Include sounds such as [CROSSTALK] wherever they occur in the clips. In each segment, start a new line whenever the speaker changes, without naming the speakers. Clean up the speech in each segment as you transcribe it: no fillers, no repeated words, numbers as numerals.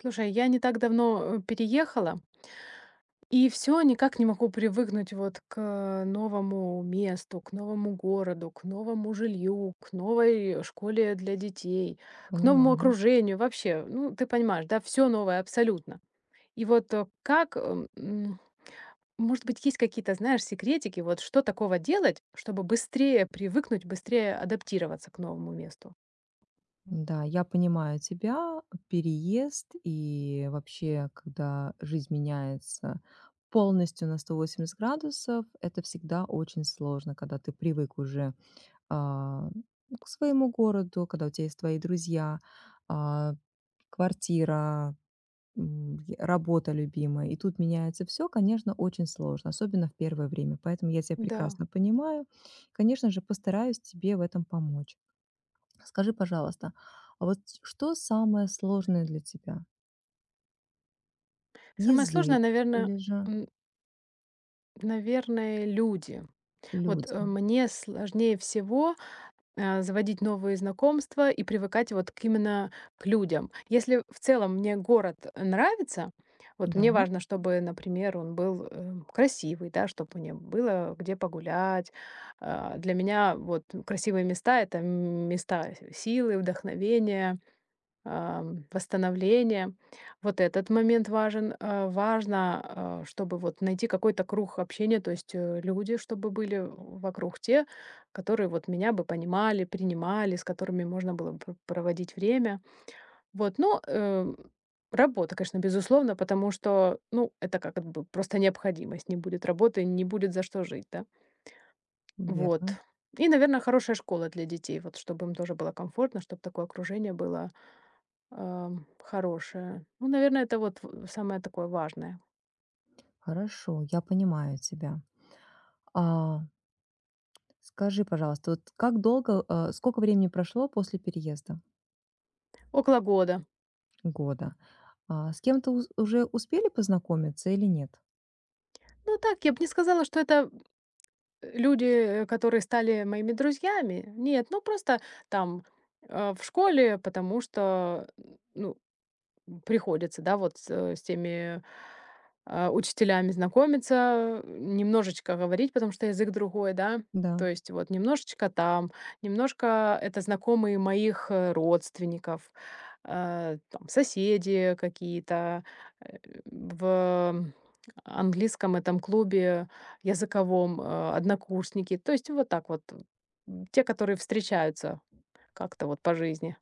Слушай, я не так давно, переехала, и все никак не могу привыкнуть вот к новому месту, к новому городу, к новому жилью, к новой школе для детей, к новому
Понимаю.
окружению. Вообще, ну, ты понимаешь, да, все новое абсолютно. И вот, может быть, есть какие-то, знаешь, секретики, вот что такого делать, чтобы быстрее привыкнуть, быстрее адаптироваться к новому месту?
Да, я понимаю тебя. Переезд и вообще, когда жизнь меняется полностью на 180 градусов, это всегда очень сложно, когда ты привык уже а, к своему городу, когда у тебя есть твои друзья, а, квартира, работа любимая. И тут меняется все, конечно, очень сложно, особенно в первое время. Поэтому я тебя
Да.
прекрасно понимаю. Конечно же, постараюсь тебе в этом помочь. Скажи, пожалуйста, а вот что самое сложное для тебя?
Самое сложное,
Язык
наверное,
или же
наверное, люди. Вот,
люди?
мне сложнее всего, заводить новые знакомства и привыкать вот к именно к людям. Если в целом мне город нравится, вот
Да,
мне важно, чтобы, например, он был, красивый, да, чтобы мне было где погулять. А, для меня вот красивые места — это места силы, вдохновения, восстановление. Вот этот момент важен. А, важно, чтобы вот найти какой-то круг общения, то есть люди, чтобы были вокруг те, которые вот меня бы понимали, принимали, с которыми можно было бы проводить время. Вот, но работа, конечно, безусловно, потому что, ну, это как бы просто необходимость. Не будет работы, не будет за что жить, да? Вот.
верно.
И, наверное, хорошая школа для детей, вот чтобы им тоже было комфортно, чтобы такое окружение было хорошее. Ну, наверное, это вот в самое такое важное.
Хорошо, я понимаю тебя. А, Скажи, пожалуйста, вот как долго, сколько времени прошло после переезда?
Около года.
Года. А с кем-то уже успели познакомиться или нет?
Ну так, я бы не сказала, что это люди, которые стали моими друзьями. Нет, ну просто там, в школе, потому что, ну, приходится, да, вот с теми, учителями знакомиться, немножечко говорить, потому что язык другой, да. То
Да.
есть вот немножечко там, немножко это знакомые моих, родственников, там соседи какие-то. Э, в английском этом клубе языковом, однокурсники. То есть вот так вот, те, которые встречаются как-то вот по жизни.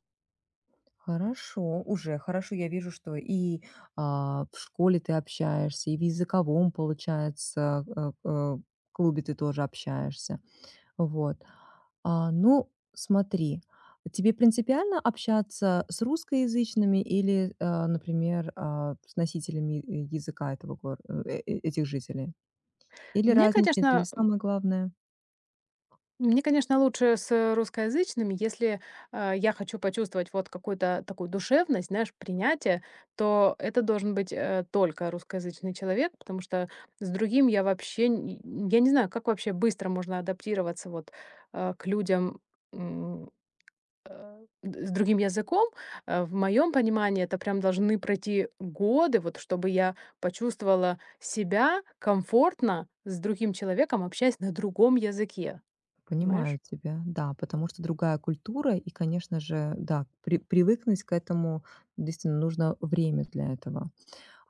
Хорошо, уже хорошо. Я вижу, что и в школе ты общаешься, и в языковом, получается, э, э, клубе ты тоже общаешься. Вот. Ну, смотри, тебе принципиально общаться с русскоязычными или, например, с носителями я языка этого этих жителей? Или
Мне,
разница это или
конечно
самое главное?
Мне, конечно, лучше с русскоязычными. Если, я хочу почувствовать вот какую-то такую душевность, знаешь, принятие, то это должен быть, только русскоязычный человек, потому что с другим я вообще не я не знаю, как вообще быстро можно адаптироваться вот, к людям, м, э, д с другим языком. В моем понимании это прям должны пройти годы, вот чтобы я почувствовала себя комфортно с другим человеком, общаясь на другом языке. Понимаешь?
Понимаю тебя, да, потому что другая культура, и, конечно же, да, привыкнуть к этому действительно нужно время для этого.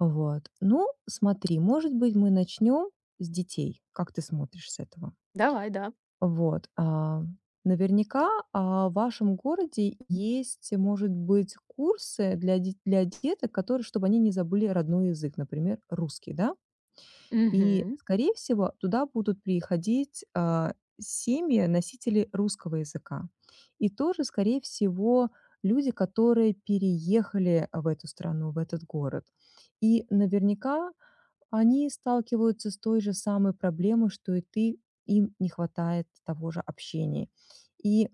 Вот. Ну, смотри, может быть, мы начнем с детей. Как ты смотришь с этого?
Давай, да.
Вот. Наверняка в вашем городе есть, может быть, курсы для деток, которые, чтобы они не забыли родной язык, например, русский, да? И,
Мгм.
скорее всего, туда будут приходить семьи носителей русского языка. И тоже, скорее всего, люди, которые переехали в эту страну, в этот город. И наверняка они сталкиваются с той же самой проблемой, что и ты, им не хватает того же общения. И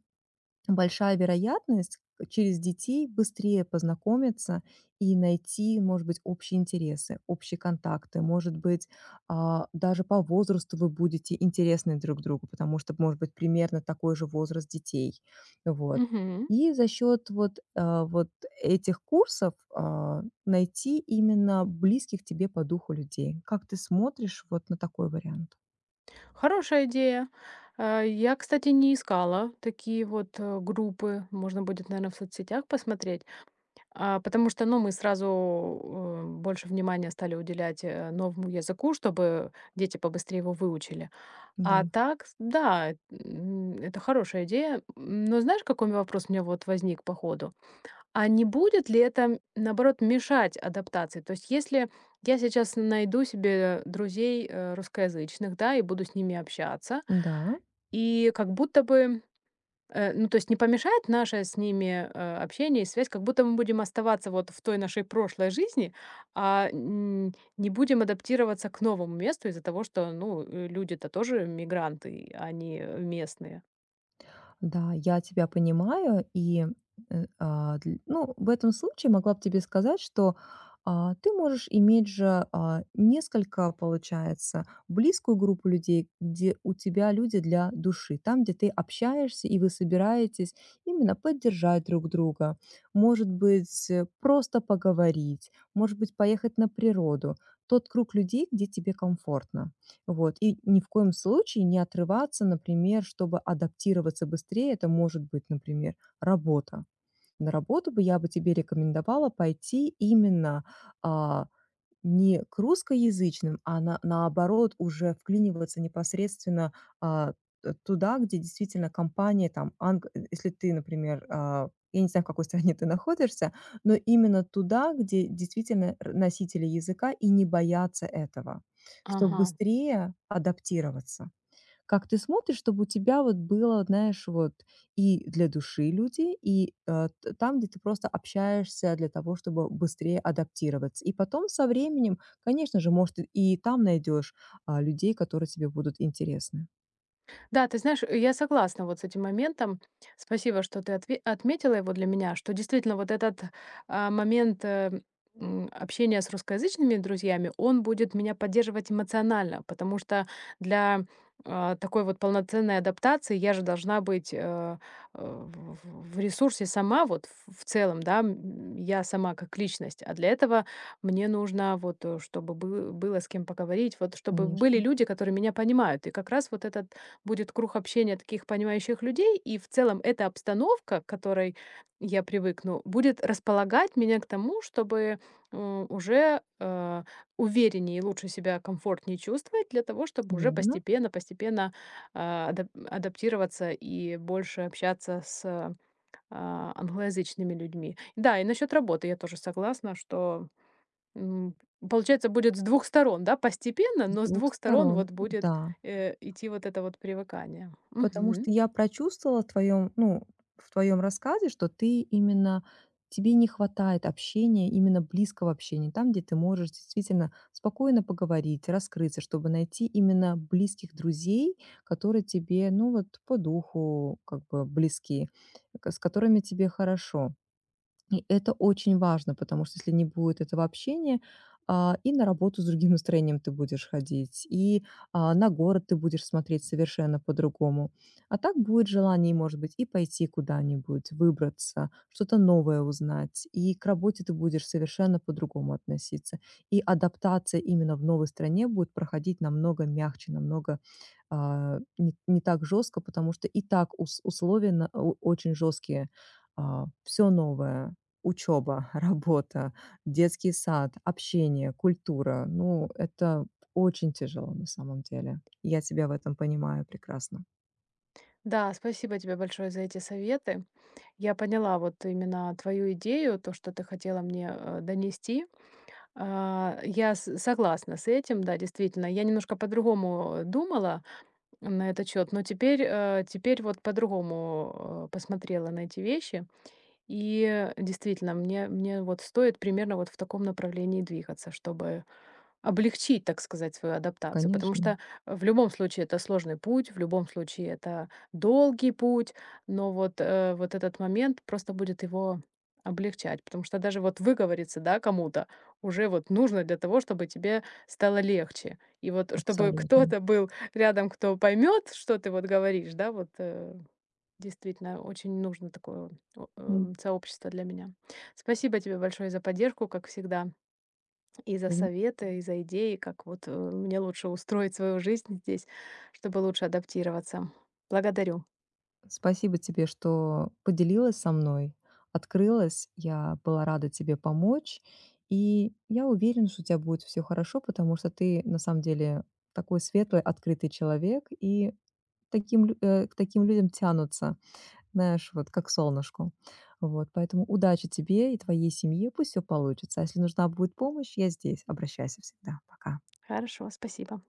большая вероятность через детей быстрее познакомиться и найти, может быть, общие интересы, общие контакты. Может быть, даже по возрасту вы будете интересны друг другу, потому что, может быть, примерно такой же возраст детей. Вот.
Мгм.
И за счет вот, вот этих курсов найти именно близких тебе по духу людей. Как ты смотришь вот на такой вариант?
Хорошая идея. Я, кстати, не искала такие вот, группы. Можно будет, наверное, в соцсетях посмотреть. А, потому что, ну, мы сразу, больше внимания стали уделять, новому языку, чтобы дети побыстрее его выучили.
Да.
А так, с да, это хорошая идея. М, но знаешь, какой вопрос у меня вот возник по ходу? А не будет ли это, наоборот, мешать адаптации? То есть если я сейчас найду себе друзей, русскоязычных, да, и буду с ними общаться,
Да.
и как будто бы, ну, то есть не помешает наше с ними, общение и связь, как будто мы будем оставаться вот в той нашей прошлой жизни, не будем адаптироваться к новому месту из-за того, что, ну, люди-то тоже мигранты, и они местные.
Да, я тебя понимаю, и, ну, в этом случае могла бы тебе сказать, что ты можешь иметь же несколько, получается, близкую группу людей, где у тебя люди для души, там, где ты общаешься и вы собираетесь именно поддержать друг друга, может быть, просто поговорить, может быть, поехать на природу, тот круг людей, где тебе комфортно. Вот. И ни в коем случае не отрываться, например, чтобы адаптироваться быстрее. Это может быть, например, работа. На работу бы я бы тебе рекомендовала пойти именно а, не к русскоязычным, а на наоборот уже вклиниваться непосредственно, а, т туда, где действительно компания если ты, например, я не знаю, в какой стране ты находишься, но именно туда, где действительно р носители языка и не боятся этого, чтобы
Ага.
быстрее адаптироваться. Как ты смотришь, чтобы у тебя вот было, знаешь, вот и для души люди, и там, где ты просто общаешься для того, чтобы быстрее адаптироваться. И потом со временем, конечно же, может, и там найдешь людей, которые тебе будут интересны.
Да, ты знаешь, я согласна вот с этим моментом. Спасибо, что ты отметила его для меня, что действительно вот этот момент общения с русскоязычными друзьями, он будет меня поддерживать эмоционально, потому что для такой вот полноценной адаптации я же должна быть в в ресурсе сама вот в целом, да, я сама как личность, а для этого мне нужно вот, чтобы было с кем поговорить, вот чтобы были
Конечно,
люди, которые меня понимают. И как раз вот этот будет круг общения таких понимающих людей, и в целом эта обстановка, к которой я привыкну, будет располагать меня к тому, чтобы, м, уже, э, увереннее и лучше себя комфортнее чувствовать для того, чтобы уже
верно.
постепенно постепенно, адаптироваться и больше общаться с, англоязычными людьми. Да, и насчет работы я тоже согласна, что М, получается, будет с двух сторон, да, постепенно,
С
но с
двух
двух сторон
сторон,
вот будет,
да.
идти вот это вот привыкание.
Потому
Мгм.
что я прочувствовала в твоем ну, в твоём рассказе, что ты именно тебе не хватает общения, именно близкого общения, там, где ты можешь действительно спокойно поговорить, раскрыться, чтобы найти именно близких друзей, которые тебе, ну, вот по духу как бы близки, с которыми тебе хорошо. И это очень важно, потому что если не будет этого общения, и на работу с другим настроением ты будешь ходить, и на город ты будешь смотреть совершенно по-другому. А так будет желание, может быть, и пойти куда-нибудь, выбраться, что-то новое узнать, и к работе ты будешь совершенно по-другому относиться. И адаптация именно в новой стране будет проходить намного мягче, намного не так жестко, потому что и так условия очень жесткие, все новое, учеба, [LAUGHS] работа, детский сад, общение, культура. Ну, это очень тяжело на самом деле. Я тебя в этом понимаю прекрасно.
Да, спасибо тебе большое за эти советы. Я поняла вот именно твою идею, то, что ты хотела мне, донести. Я с согласна с этим, да, действительно. Я немножко по-другому думала на этот счет, но теперь, теперь вот по-другому, посмотрела на эти вещи. И действительно, мне вот стоит примерно вот в таком направлении двигаться, чтобы облегчить, так сказать, свою адаптацию. Потому что
Конечно,
в любом случае это сложный путь, в любом случае это долгий путь, но вот, вот этот момент просто будет его облегчать. Потому что даже вот выговориться, да, кому-то уже вот нужно для того, чтобы тебе стало легче. И вот чтобы
абсолютно.
кто-то был рядом, кто поймет, что ты вот говоришь, да, вот. Действительно, очень нужно такое о
М,
сообщество для меня. Спасибо тебе большое за поддержку, как всегда, и за
ты зна
советы, и за идеи, как вот, мне лучше устроить свою жизнь здесь, чтобы лучше адаптироваться. Благодарю.
Спасибо тебе, что поделилась со мной, открылась. Я была рада тебе помочь. И я уверена, что у тебя будет все хорошо, потому что ты на самом деле такой светлый, открытый человек, и к таким людям тянутся. Знаешь, вот как солнышку. Вот, поэтому удачи тебе и твоей семье, пусть все получится. А если нужна будет помощь, я здесь. Обращайся всегда. Пока.
Хорошо, спасибо.